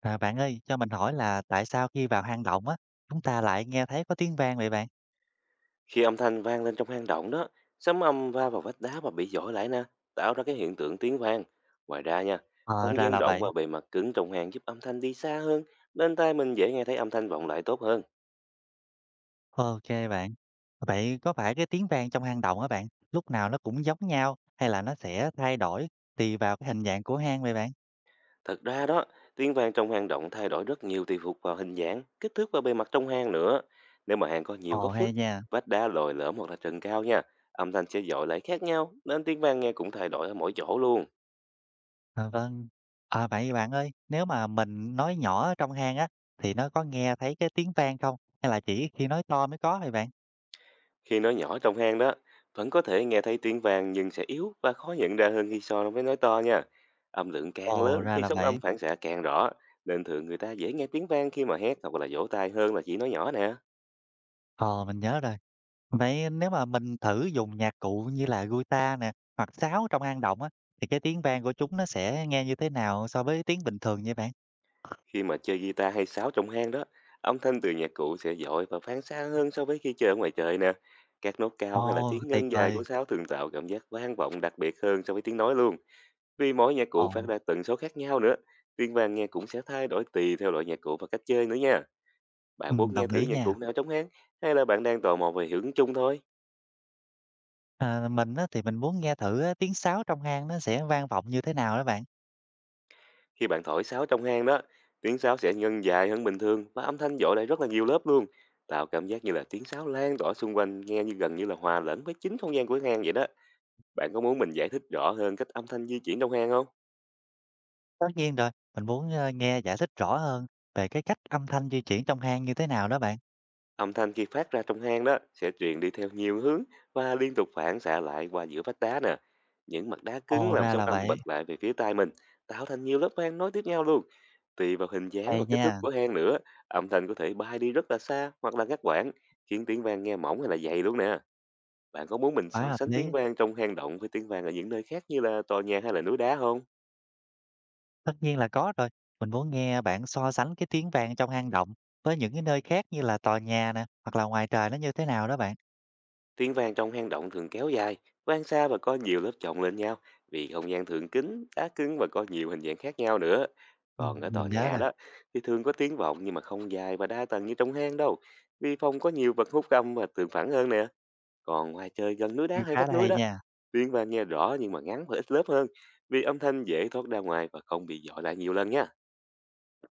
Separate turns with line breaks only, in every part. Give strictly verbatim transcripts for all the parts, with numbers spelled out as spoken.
À, bạn ơi, cho mình hỏi là tại sao khi vào hang động á, chúng ta lại nghe thấy có tiếng vang vậy bạn?
Khi âm thanh vang lên trong hang động đó, sấm âm va vào vách đá và bị dội lại nè, tạo ra cái hiện tượng tiếng vang. Ngoài ra nha,
Ờ,
không
ra
gian
là
rộng
vậy.
và bề mặt cứng trong hang giúp âm thanh đi xa hơn, nên tai mình dễ nghe thấy âm thanh vọng lại tốt hơn.
Ok bạn. Vậy có phải cái tiếng vang trong hang động á bạn, lúc nào nó cũng giống nhau hay là nó sẽ thay đổi tùy vào cái hình dạng của hang vậy bạn?
Thật ra đó, tiếng vang trong hang động thay đổi rất nhiều tùy thuộc vào hình dạng, kích thước và bề mặt trong hang nữa. Nếu mà hang có nhiều
Ồ
góc
hay
phức,
nha.
vách đá lồi lõm hoặc là trần cao nha, âm thanh sẽ dội lại khác nhau, nên tiếng vang nghe cũng thay đổi ở mỗi chỗ luôn.
À, vâng. À, vậy bạn ơi, nếu mà mình nói nhỏ ở trong hang á, thì nó có nghe thấy cái tiếng vang không? Hay là chỉ khi nói to mới có vậy bạn?
Khi nói nhỏ trong hang đó, vẫn có thể nghe thấy tiếng vàng nhưng sẽ yếu và khó nhận ra hơn khi so với nói to nha. Âm lượng càng
Ồ
lớn
ra
thì
là
sóng
vậy.
âm phản xạ càng rõ, nên thường người ta dễ nghe tiếng vang khi mà hét hoặc là vỗ tay hơn là chỉ nói nhỏ nè.
Ờ mình nhớ rồi. Vậy nếu mà mình thử dùng nhạc cụ như là guitar nè, hoặc sáo trong hang động á, thì cái tiếng vang của chúng nó sẽ nghe như thế nào so với tiếng bình thường vậy bạn?
Khi mà chơi guitar hay sáo trong hang đó, âm thanh từ nhạc cụ sẽ dội và phán xa hơn so với khi chơi ở ngoài trời nè. Các nốt cao hay là
Ồ,
tiếng
tuyệt
ngân dài
vời.
của sáo thường tạo cảm giác vang vọng đặc biệt hơn so với tiếng nói luôn. Vì mỗi nhạc cụ phát
Ồ,
ra tần số khác nhau nữa, tiếng vang nghe cũng sẽ thay đổi tùy theo loại nhạc cụ và cách chơi nữa nha.
ừ,
Bạn muốn nghe
đồng
thử
ý
nhạc
nha.
cụ nào trong hang, hay là bạn đang tò mò về hiệu ứng chung thôi?
À, mình á, thì mình muốn nghe thử á, tiếng sáo trong hang nó sẽ vang vọng như thế nào đó bạn.
Khi bạn thổi sáo trong hang đó, tiếng sáo sẽ ngân dài hơn bình thường và âm thanh dội lại rất là nhiều lớp luôn, tạo cảm giác như là tiếng sáo lan tỏa xung quanh, nghe như gần như là hòa lẫn với chính không gian của hang vậy đó. Bạn có muốn mình giải thích rõ hơn cách âm thanh di chuyển trong hang không?
Tất nhiên rồi, mình muốn ờ, nghe giải thích rõ hơn về cái cách âm thanh di chuyển trong hang như thế nào đó bạn.
Âm thanh khi phát ra trong hang đó sẽ truyền đi theo nhiều hướng và liên tục phản xạ lại qua giữa vách đá nè. Những mặt đá cứng
Ồ,
làm
ra
sóng
là
âm
vậy.
bật lại về phía tai mình, tạo thành nhiều lớp hang nối tiếp nhau luôn. Tùy vào hình dáng
Hay
và kích
nha,
thước của hang nữa, âm thanh có thể bay đi rất là xa hoặc là ngắt quãng, khiến tiếng vang nghe mỏng hay là dày luôn nè. Bạn có muốn mình
quá
so
hợp
sánh tiếng
lý.
vang trong hang động với tiếng vang ở những nơi khác như là tòa nhà hay là núi đá không?
Tất nhiên là có rồi. Mình muốn nghe bạn so sánh cái tiếng vang trong hang động với những cái nơi khác như là tòa nhà nè, hoặc là ngoài trời nó như thế nào đó bạn.
Tiếng vang trong hang động thường kéo dài, vang xa và có nhiều lớp chồng lên nhau, vì không gian thường kín, đá cứng và có nhiều hình dạng khác nhau nữa.
Ừ,
Còn ở
mình
tòa
nhớ
nhà
rồi.
đó thì thường có tiếng vọng nhưng mà không dài và đa tầng như trong hang đâu, vì phòng có nhiều vật hút âm và tường phẳng hơn nè. Còn ngoài trời gần núi
Ừ,
đá hay
khá
vách
là
núi
hay
đó,
nha.
tiếng vang nghe rõ nhưng mà ngắn và ít lớp hơn, vì âm thanh dễ thoát ra ngoài và không bị dội lại nhiều lần nha.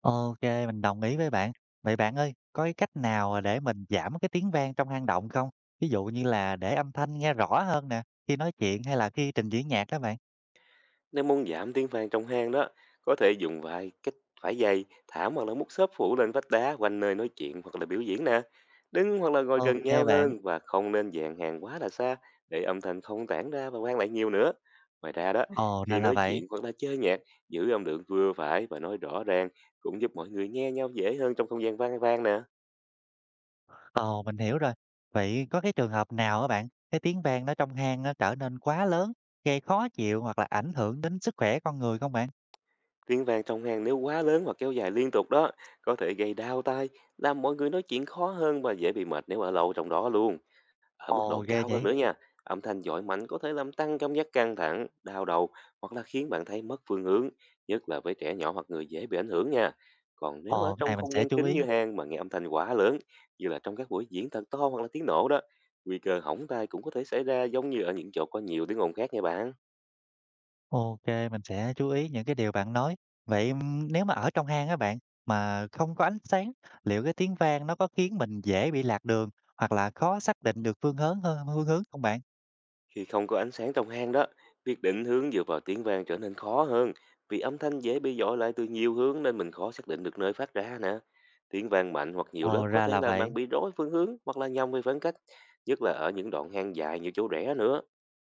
Ok, mình đồng ý với bạn. Vậy bạn ơi, có cái cách nào để mình giảm cái tiếng vang trong hang động không? Ví dụ như là để âm thanh nghe rõ hơn nè, khi nói chuyện hay là khi trình diễn nhạc các bạn.
Nếu muốn giảm tiếng vang trong hang đó, có thể dùng vài cách: vải dày, thảm hoặc là mút xốp phủ lên vách đá quanh nơi nói chuyện hoặc là biểu diễn nè. Đứng hoặc là ngồi
Ok
gần nhau
bạn.
hơn và không nên dàn hàng quá là xa, để âm thanh không tản ra và vang lại nhiều nữa. Ngoài ra đó,
Ồ, ra
khi
là
nói
vậy.
chuyện hoặc là chơi nhạc, giữ âm lượng vừa phải và nói rõ ràng cũng giúp mọi người nghe nhau dễ hơn trong không gian vang vang nè.
Ồ, mình hiểu rồi. Vậy có cái trường hợp nào á bạn, cái tiếng vang nó trong hang nó trở nên quá lớn, gây khó chịu hoặc là ảnh hưởng đến sức khỏe con người không bạn?
Tiếng vang trong hang nếu quá lớn hoặc kéo dài liên tục đó, có thể gây đau tai, làm mọi người nói chuyện khó hơn và dễ bị mệt nếu ở lâu trong đó luôn. Ở mức
Ồ,
độ
ghê
cao hơn
vậy.
nữa nha, âm thanh dội mạnh có thể làm tăng cảm giác căng thẳng, đau đầu hoặc là khiến bạn thấy mất phương hướng, nhất là với trẻ nhỏ hoặc người dễ bị ảnh hưởng nha. Còn nếu ở
Ồ, cái này
trong
mình
không
sẽ
gian
chú
kín
ý.
như hang mà nghe âm thanh quá lớn, như là trong các buổi diễn thật to hoặc là tiếng nổ đó, nguy cơ hỏng tai cũng có thể xảy ra giống như ở những chỗ có nhiều tiếng ồn khác nha bạn.
Ok, mình sẽ chú ý những cái điều bạn nói. Vậy ừm, nếu mà ở trong hang á bạn, mà không có ánh sáng, liệu cái tiếng vang nó có khiến mình dễ bị lạc đường hoặc là khó xác định được phương hướng hơn phương hướng không bạn?
Khi không có ánh sáng trong hang đó, việc định hướng dựa vào tiếng vang trở nên khó hơn, vì âm thanh dễ bị dội lại từ nhiều hướng nên mình khó xác định được nơi phát ra nè. Tiếng vang mạnh hoặc nhiều lớp
Ồ,
có
ra
thể
là
làm
vậy.
bạn bị rối phương hướng hoặc là nhầm về khoảng cách, nhất là ở những đoạn hang dài nhiều chỗ rẽ nữa.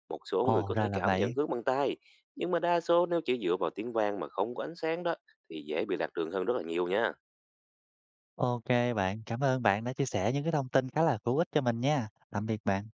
Một số người
Ồ,
có
ra
thể
là
cảm nhận
vậy.
hướng bằng tay, nhưng mà đa số nếu chỉ dựa vào tiếng vang mà không có ánh sáng đó thì dễ bị lạc đường hơn rất là nhiều nha.
Ok bạn, cảm ơn bạn đã chia sẻ những cái thông tin khá là hữu ích cho mình nha. Tạm biệt bạn.